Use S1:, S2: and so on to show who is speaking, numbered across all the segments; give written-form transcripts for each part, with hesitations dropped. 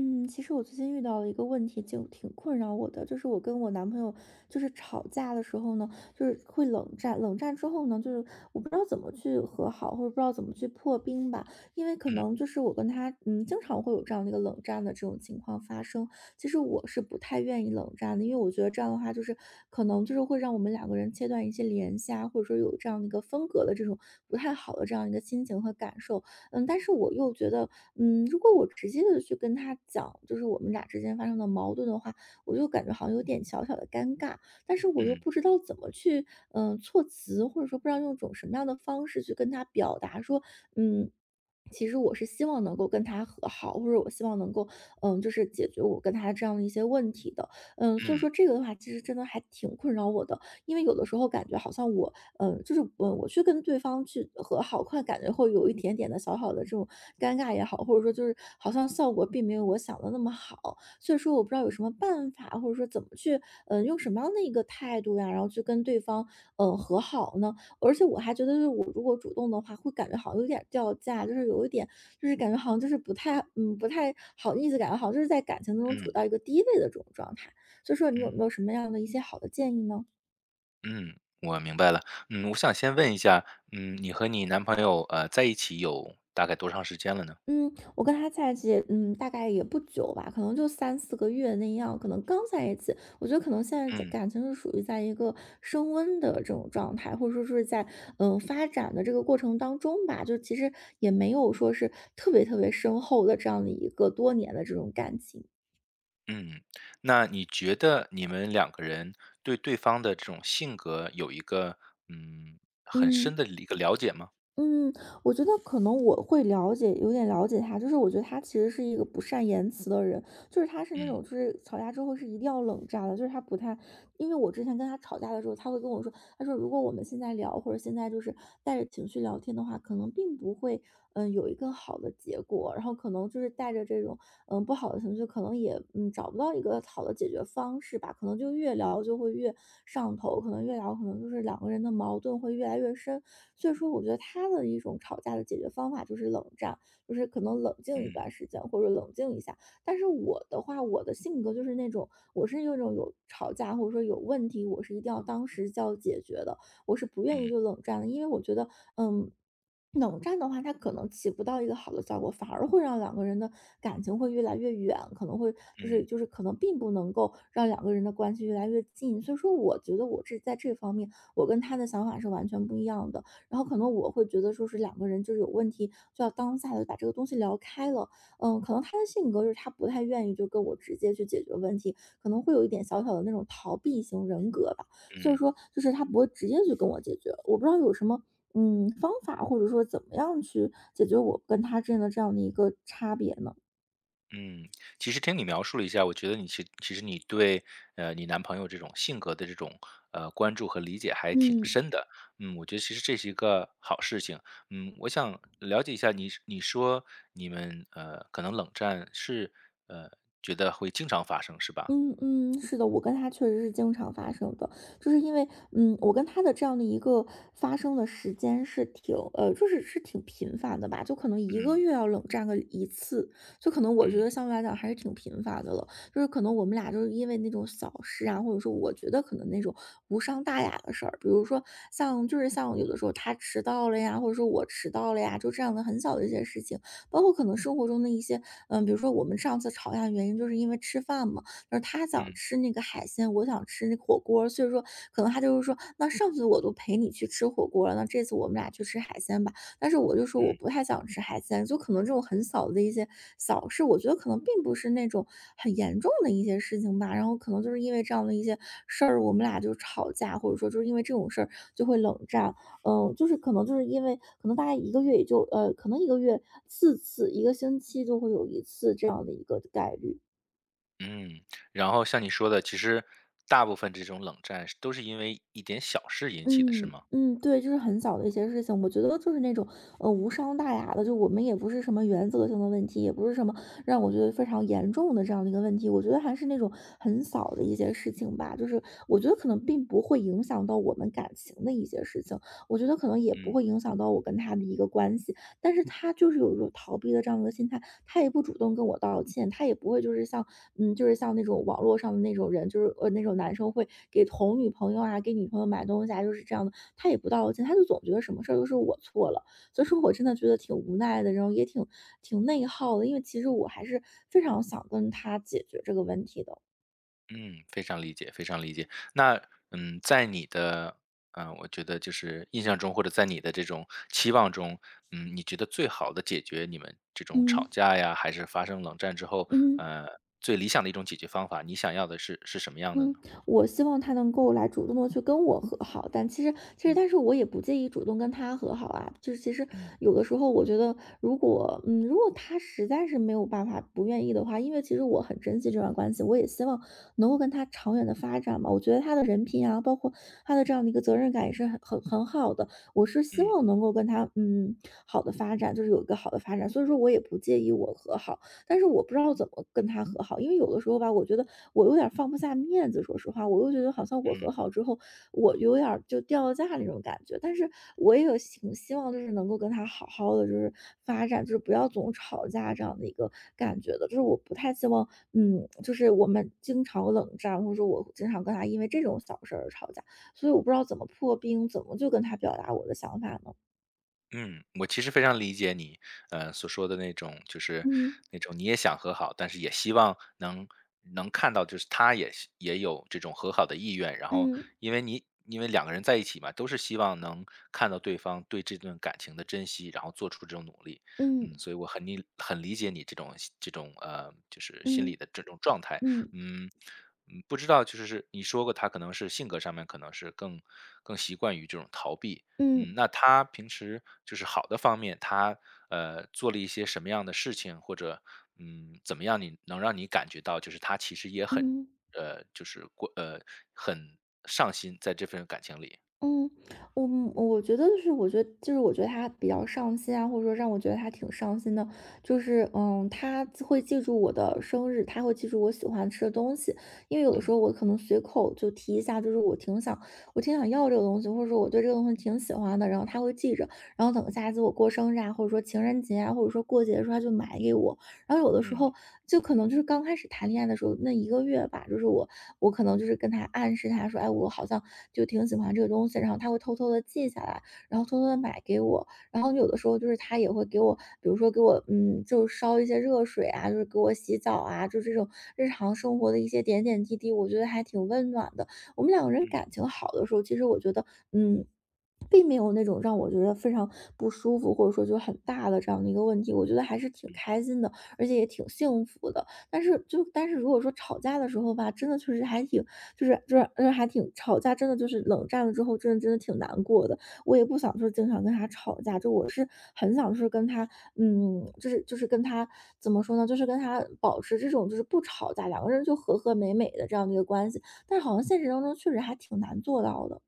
S1: 嗯，其实我最近遇到了一个问题，就挺困扰我的，就是我跟我男朋友就是吵架的时候呢，就是会冷战，冷战之后呢，就是我不知道怎么去和好，或者不知道怎么去破冰吧，因为可
S2: 嗯
S1: 能就是我跟他，经常会有这样的一个冷战的这种情况发生。其实我是不太愿意冷战的，因为我觉得这样的话，就是可能就是会让我们两个人切断一些联系啊，或者说有这样的一个分隔的这种不太好的这样一个心情和感受。但是我又觉得，如果我直接的去跟他讲，就是我们俩之间发生的矛盾的话，我就感觉好像有点小小的尴尬，但是我又
S2: 嗯
S1: 不知道怎么去，措辞，或者说不知道用种什么样的方式去跟他表达说，嗯。其实我是希望能够跟他和好，或者我希望能够，就是解决我跟他这样的一些问题的，所以
S2: 嗯
S1: 说这个的话，其实真的还挺困扰我的，因为有的时候感觉好像我,就是我去跟对方去和好，快感觉会有一点点的小小的这种尴尬也好，或者说就是好像效果并没有我想的那么好，所以说我不知道有什么办法，或者说怎么去，用什么样的一个态度呀，然后去跟对方，和好呢？而且我还觉得，就是我如果主动的话，会感觉好像有点掉价，就是有一点，就是感觉好像就是不太，不太好意思，感觉好像就是在感情当中处
S2: 嗯
S1: 到一个低位的这种状态。所以说，你有
S2: 嗯
S1: 没有什么样的一些好的建议呢？
S2: 嗯，我明白了。嗯，我想先问一下，嗯，你和你男朋友在一起有大概多长时间了呢？
S1: 嗯，我跟他在一起，大概也不久吧，可能就三四个月那样，可能刚在一起。我觉得可能现在在
S2: 嗯
S1: 感情是属于在一个升温的这种状态，或者说是在，发展的这个过程当中吧，就其实也没有说是特别特别深厚的这样的一个多年的这种感情。
S2: 嗯，那你觉得你们两个人对对方的这种性格有一个嗯很
S1: 嗯。
S2: 深的一个了解吗？
S1: 嗯，我觉得可能我会了解，有点了解他，就是我觉得他其实是一个不善言辞的人，就是他是那
S2: 嗯
S1: 种，就是吵架之后是一定要冷战的，就是他不太，因为我之前跟他吵架的时候，他会跟我说，他说如果我们现在聊，或者现在就是带着情绪聊天的话，可能并不会，有一个好的结果，然后可能就是带着这种，不好的情绪，可能也，找不到一个好的解决方式吧，可能就越聊就会越上头，可能越聊可能就是两个人的矛盾会越来越深，所以说我觉得他的一种吵架的解决方法就是冷战，就是可能冷静一
S2: 嗯
S1: 段时间或者冷静一下，但是我的话，我的性格就是那种，我是那种有吵架或者说有问题，我是一定要当时就要解决的，我是不愿意就
S2: 嗯
S1: 冷战的，因为我觉得，嗯，冷战的话，他可能起不到一个好的效果，反而会让两个人的感情会越来越远，可能会就是
S2: 嗯
S1: 就是可能并不能够让两个人的关系越来越近。所以说，我觉得我这在这方面，我跟他的想法是完全不一样的。然后可能我会觉得说是两个人就是有问题，就要当下的把这个东西聊开了。可能他的性格就是他不太愿意就跟我直接去解决问题，可能会有一点小小的那种逃避型人格吧。所以说
S2: 嗯。
S1: 就是他不会直接去跟我解决。我不知道有什么方法或者说怎么样去解决我跟他之间的这样的一个差别呢？
S2: 嗯，其实听你描述了一下，我觉得你其实你对，你男朋友这种性格的这种，关注和理解还挺
S1: 嗯。
S2: 深的。嗯，我觉得其实这是一个好事情。嗯，我想了解一下你说你们，可能冷战是，呃，觉得会经常发生是吧？
S1: 嗯，是的，我跟他确实是经常发生的，就是因为，我跟他的这样的一个发生的时间是挺，就是是挺频繁的吧，就可能一个
S2: 嗯
S1: 月要冷战个一次，就可能我觉得
S2: 嗯
S1: 相对来讲还是挺频繁的了，就是可能我们俩就是因为那种小事啊，或者说我觉得可能那种无伤大雅的事儿，比如说像就是像有的时候他迟到了呀，或者说我迟到了呀，就这样的很小的一些事情，包括可能生活中的一些，比如说我们上次吵架的原因就是因为吃饭嘛。就是他想
S2: 嗯
S1: 吃那个海鲜，我想吃那个火锅，所以说可能他就是说，那上次我都陪你去吃火锅了，那这次我们俩去吃海鲜吧。但是我就说我不
S2: 嗯
S1: 太想吃海鲜，就可能这种很小的一些小事，我觉得可能并不是那种很严重的一些事情吧。然后可能就是因为这样的一些事儿，我们俩就吵架，或者说就是因为这种事儿就会冷战。就是可能就是因为可能大家一个月也就可能一个月四次，一个星期就会有一次这样的一个概率。
S2: 嗯。然后像你说的，其实大部分这种冷战是都是因为一点小事引起的，是吗？
S1: 嗯，对，就是很小的一些事情，我觉得就是那种无伤大雅的，就我们也不是什么原则性的问题，也不是什么让我觉得非常严重的这样的一个问题，我觉得还是那种很小的一些事情吧，就是我觉得可能并不会影响到我们感情的一些事情，我觉得可能也不
S2: 嗯。
S1: 会影响到我跟他的一个关系，但是他就是有一种逃避的这样的心态，他也不主动跟我道歉，他也不会就是像，就是像那种网络上的那种人，就是那种男生会给哄女朋友啊，给女朋友买东西啊，就是这样的，他也不道歉，他就总觉得什么事儿都是我错了，所以说我真的觉得挺无奈的，然后也挺内耗的，因为其实我还是非常想跟他解决这个问题的，
S2: 嗯，非常理解，非常理解。那在你的我觉得就是印象中，或者在你的这种期望中，嗯，你觉得最好的解决你们这种
S1: 嗯
S2: 吵架呀，还是发生冷战之后，
S1: 嗯。
S2: 呃，最理想的一种解决方法，你想要的是是什么样的
S1: 嗯，
S2: 呢？
S1: 我希望他能够来主动的去跟我和好，但其实
S2: 嗯
S1: 但是我也不介意主动跟他和好啊。就是其实
S2: 嗯
S1: 有的时候我觉得，如果他实在是没有办法不愿意的话，因为其实我很珍惜这段关系，我也希望能够跟他长远的发展嘛。我觉得他的人品啊，包括他的这样的一个责任感也是很好的。我是希
S2: 嗯
S1: 望能够跟他好的发展，就是有一个好的发展，所以说我也不介意我和好。但是我不知道怎么跟他和好，因为有的时候吧，我觉得我有点儿放不下面子，说实话，我又觉得好像我
S2: 嗯。
S1: 和好之后，我有点儿就掉了价那种感觉。但是我也有挺希望，就是能够跟他好好的就是发展，就是不要总吵架这样的一个感觉的。就是我不太希望，就是我们经常冷战，或者说我经常跟他因为这种小事儿吵架，所以我不知道怎么破冰，怎么就跟他表达我的想法呢？
S2: 嗯，我其实非常理解你，所说的那种，就是
S1: 嗯
S2: 那种你也想和好，但是也希望能看到，就是他也希也有这种和好的意愿。然后，
S1: 嗯
S2: 因为你因为两个人在一起嘛，都是希望能看到对方对这段感情的珍惜，然后做出这种努力。
S1: 嗯
S2: 嗯，所以我很理解你这种，就是心理
S1: 嗯
S2: 的这种状态。
S1: 嗯
S2: 嗯。嗯，不知道，就是你说过他可能是性格上面可能是更习惯于这种逃避，嗯，
S1: 嗯
S2: 那他平时就是好的方面，他做了一些什么样的事情，或者怎么样你能让你感觉到，就是他其实也很
S1: 嗯嗯。
S2: 呃就是过呃很上心在这份感情里。
S1: 嗯，我我觉得他比较上心啊，或者说让我觉得他挺上心的，他会记住我的生日，他会记住我喜欢吃的东西，因为有的时
S2: 嗯
S1: 候我可能随口就提一下，就是我挺想，我挺想要这个东西，或者说我对这个东西挺喜欢的，然后他会记着，然后等下一次我过生日啊，或者说情人节啊，或者说过节的时候，他就买给我，然后有的时
S2: 嗯
S1: 候就可能就是刚开始谈恋爱的时候那一个月吧，就是我可能就是跟他暗示他说，哎，我好像就挺喜欢这个东西，然后他会偷偷的记下来，然后偷偷的买给我。然后有的时候就是他也会给我，比如说给我，就是烧一些热水啊，就是给我洗澡啊，就这种日常生活的一些点点滴滴，我觉得还挺温暖的。我们两个人
S2: 嗯。
S1: 感情好的时候，其实我觉得，嗯，并没有那种让我觉得非常不舒服，或者说就很大的这样的一个问题，我觉得还是挺开心的，而且也挺幸福的。但是如果说吵架的时候吧，真的确实还挺，还挺吵架，真的就是冷战了之后，真的真的挺难过的。我也不想说经常跟他吵架，就我是很想说跟他，就是跟他怎么说呢，就是跟他保持这种就是不吵架，两个人就和和美美的这样的一个关系。但是好像现实当中确实还挺难做到的。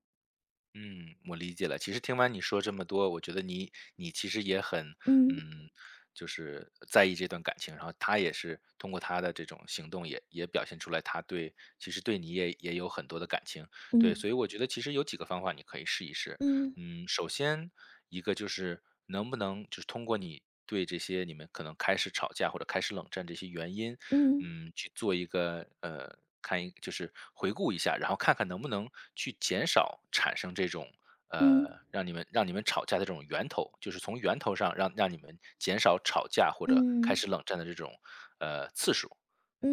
S2: 嗯，我理解了。其实听完你说这么多，我觉得你其实也很，
S1: 嗯
S2: 嗯，就是在意这段感情，然后他也是通过他的这种行动也表现出来，其实对你也有很多的感情，对，
S1: 嗯。
S2: 所以我觉得其实有几个方法你可以试一试。
S1: 嗯
S2: 嗯，首先一个就是能不能就是通过你对这些你们可能开始吵架或者开始冷战这些原因，
S1: 嗯
S2: 嗯，去做一个就是回顾一下，然后看看能不能去减少产生这种
S1: 嗯
S2: 让你们吵架的这种源头，就是从源头上让你们减少吵架或者开
S1: 嗯
S2: 始冷战的这种次数。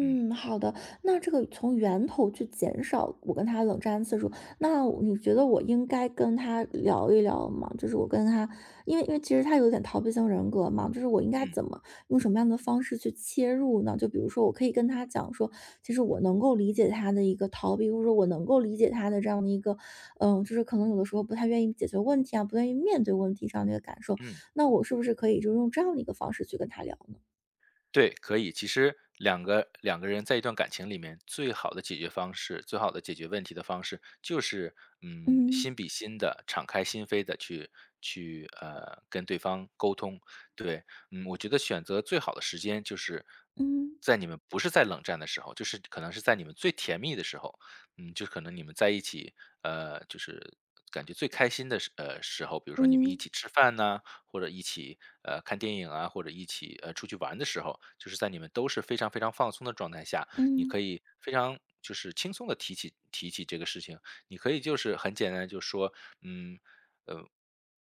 S2: 嗯
S1: 好的。那这个从源头去减少我跟他冷战次数，那你觉得我应该跟他聊一聊吗？就是我跟他，因为其实他有点逃避型人格嘛，就是我应该
S2: 嗯
S1: 怎么用什么样的方式去切入呢？就比如说，我可以跟他讲说，其实我能够理解他的一个逃避，或者说我能够理解他的这样的一个，就是可能有的时候不太愿意解决问题啊，不愿意面对问题这样的一个感受。
S2: 嗯。
S1: 那我是不是可以就用这样的一个方式去跟他聊？
S2: 对，可以。其实两个人在一段感情里面，最好的解决方式，最好的解决问题的方式，就是嗯，
S1: 嗯
S2: 心比心的，敞开心扉的去跟对方沟通。对，嗯，我觉得选择最好的时间就是
S1: 嗯
S2: 在你们不是在冷战的时候，就是可能是在你们最甜蜜的时候，嗯，就可能你们在一起，就是感觉最开心的时候，比如说你们一
S1: 嗯
S2: 起吃饭呐、或者一起看电影啊，或者一起出去玩的时候，就是在你们都是非常非常放松的状态下，你
S1: 嗯
S2: 可以非常就是轻松的提起这个事情，你可以就是很简单地就说，嗯，呃，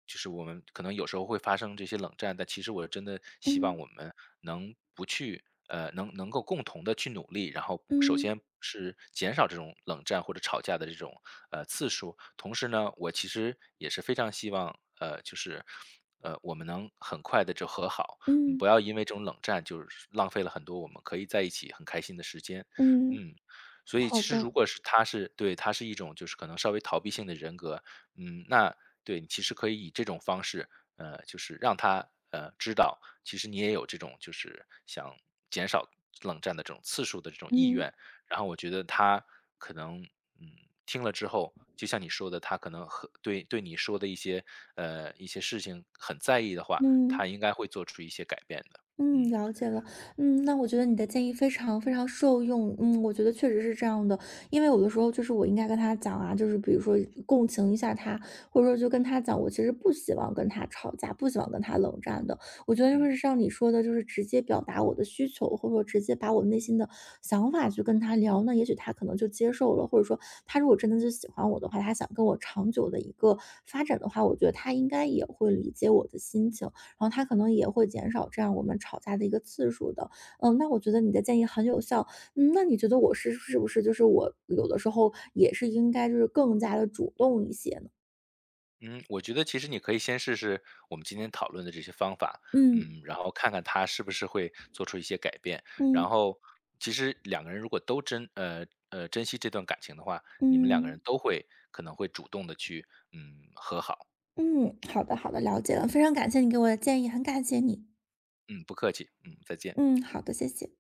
S2: 就是我们可能有时候会发生这些冷战，但其实我真的希望
S1: 嗯
S2: 我们能不去，能够共同的去努力，然后首
S1: 嗯
S2: 先是减少这种冷战或者吵架的这种次数，同时呢，我其实也是非常希望，就是。我们能很快的就和好，
S1: 嗯嗯，
S2: 不要因为这种冷战就是浪费了很多我们可以在一起很开心的时间，
S1: 嗯
S2: 嗯，所以
S1: 好
S2: 其实
S1: 的，
S2: 如果是他是对他是一种就是可能稍微逃避性的人格，嗯，那对，你其实可以以这种方式，就是让他知道，其实你也有这种就是想减少冷战的这种次数的这种意
S1: 嗯
S2: 愿。然后我觉得他可能嗯听了之后，就像你说的，他可能对你说的一些事情很在意的话，
S1: 嗯。
S2: 他应该会做出一些改变的。嗯
S1: 嗯，了解了。嗯，那我觉得你的建议非常非常受用。嗯，我觉得确实是这样的，因为有的时候就是我应该跟他讲啊，就是比如说共情一下他，或者说就跟他讲，我其实不希望跟他吵架，不希望跟他冷战的。我觉得就
S2: 嗯。
S1: 是像你说的，就是直接表达我的需求，或者说直接把我内心的想法去跟他聊，那也许他可能就接受了，或者说他如果真的就喜欢我的话，他想跟我长久的一个发展的话，我觉得他应该也会理解我的心情。然后他可能也会减少这样我们吵架的一个次数的。嗯，那我觉得你的建议很有效。嗯，那你觉得我是不是就是我有的时候也是应该就是更加的主动一些呢？
S2: 嗯，我觉得其实你可以先试试我们今天讨论的这些方法，
S1: 嗯。
S2: 嗯，然后看看他是不是会做出一些改变。然
S1: 嗯
S2: 后，其实两个人如果都珍惜这段感情的话，你们两个
S1: 嗯
S2: 人都会可能会主动的去和好。
S1: 嗯，好的好的，了解了，非常感谢你给我的建议，很感谢你。
S2: 嗯，不客气。嗯，再见。
S1: 嗯，好的，谢谢。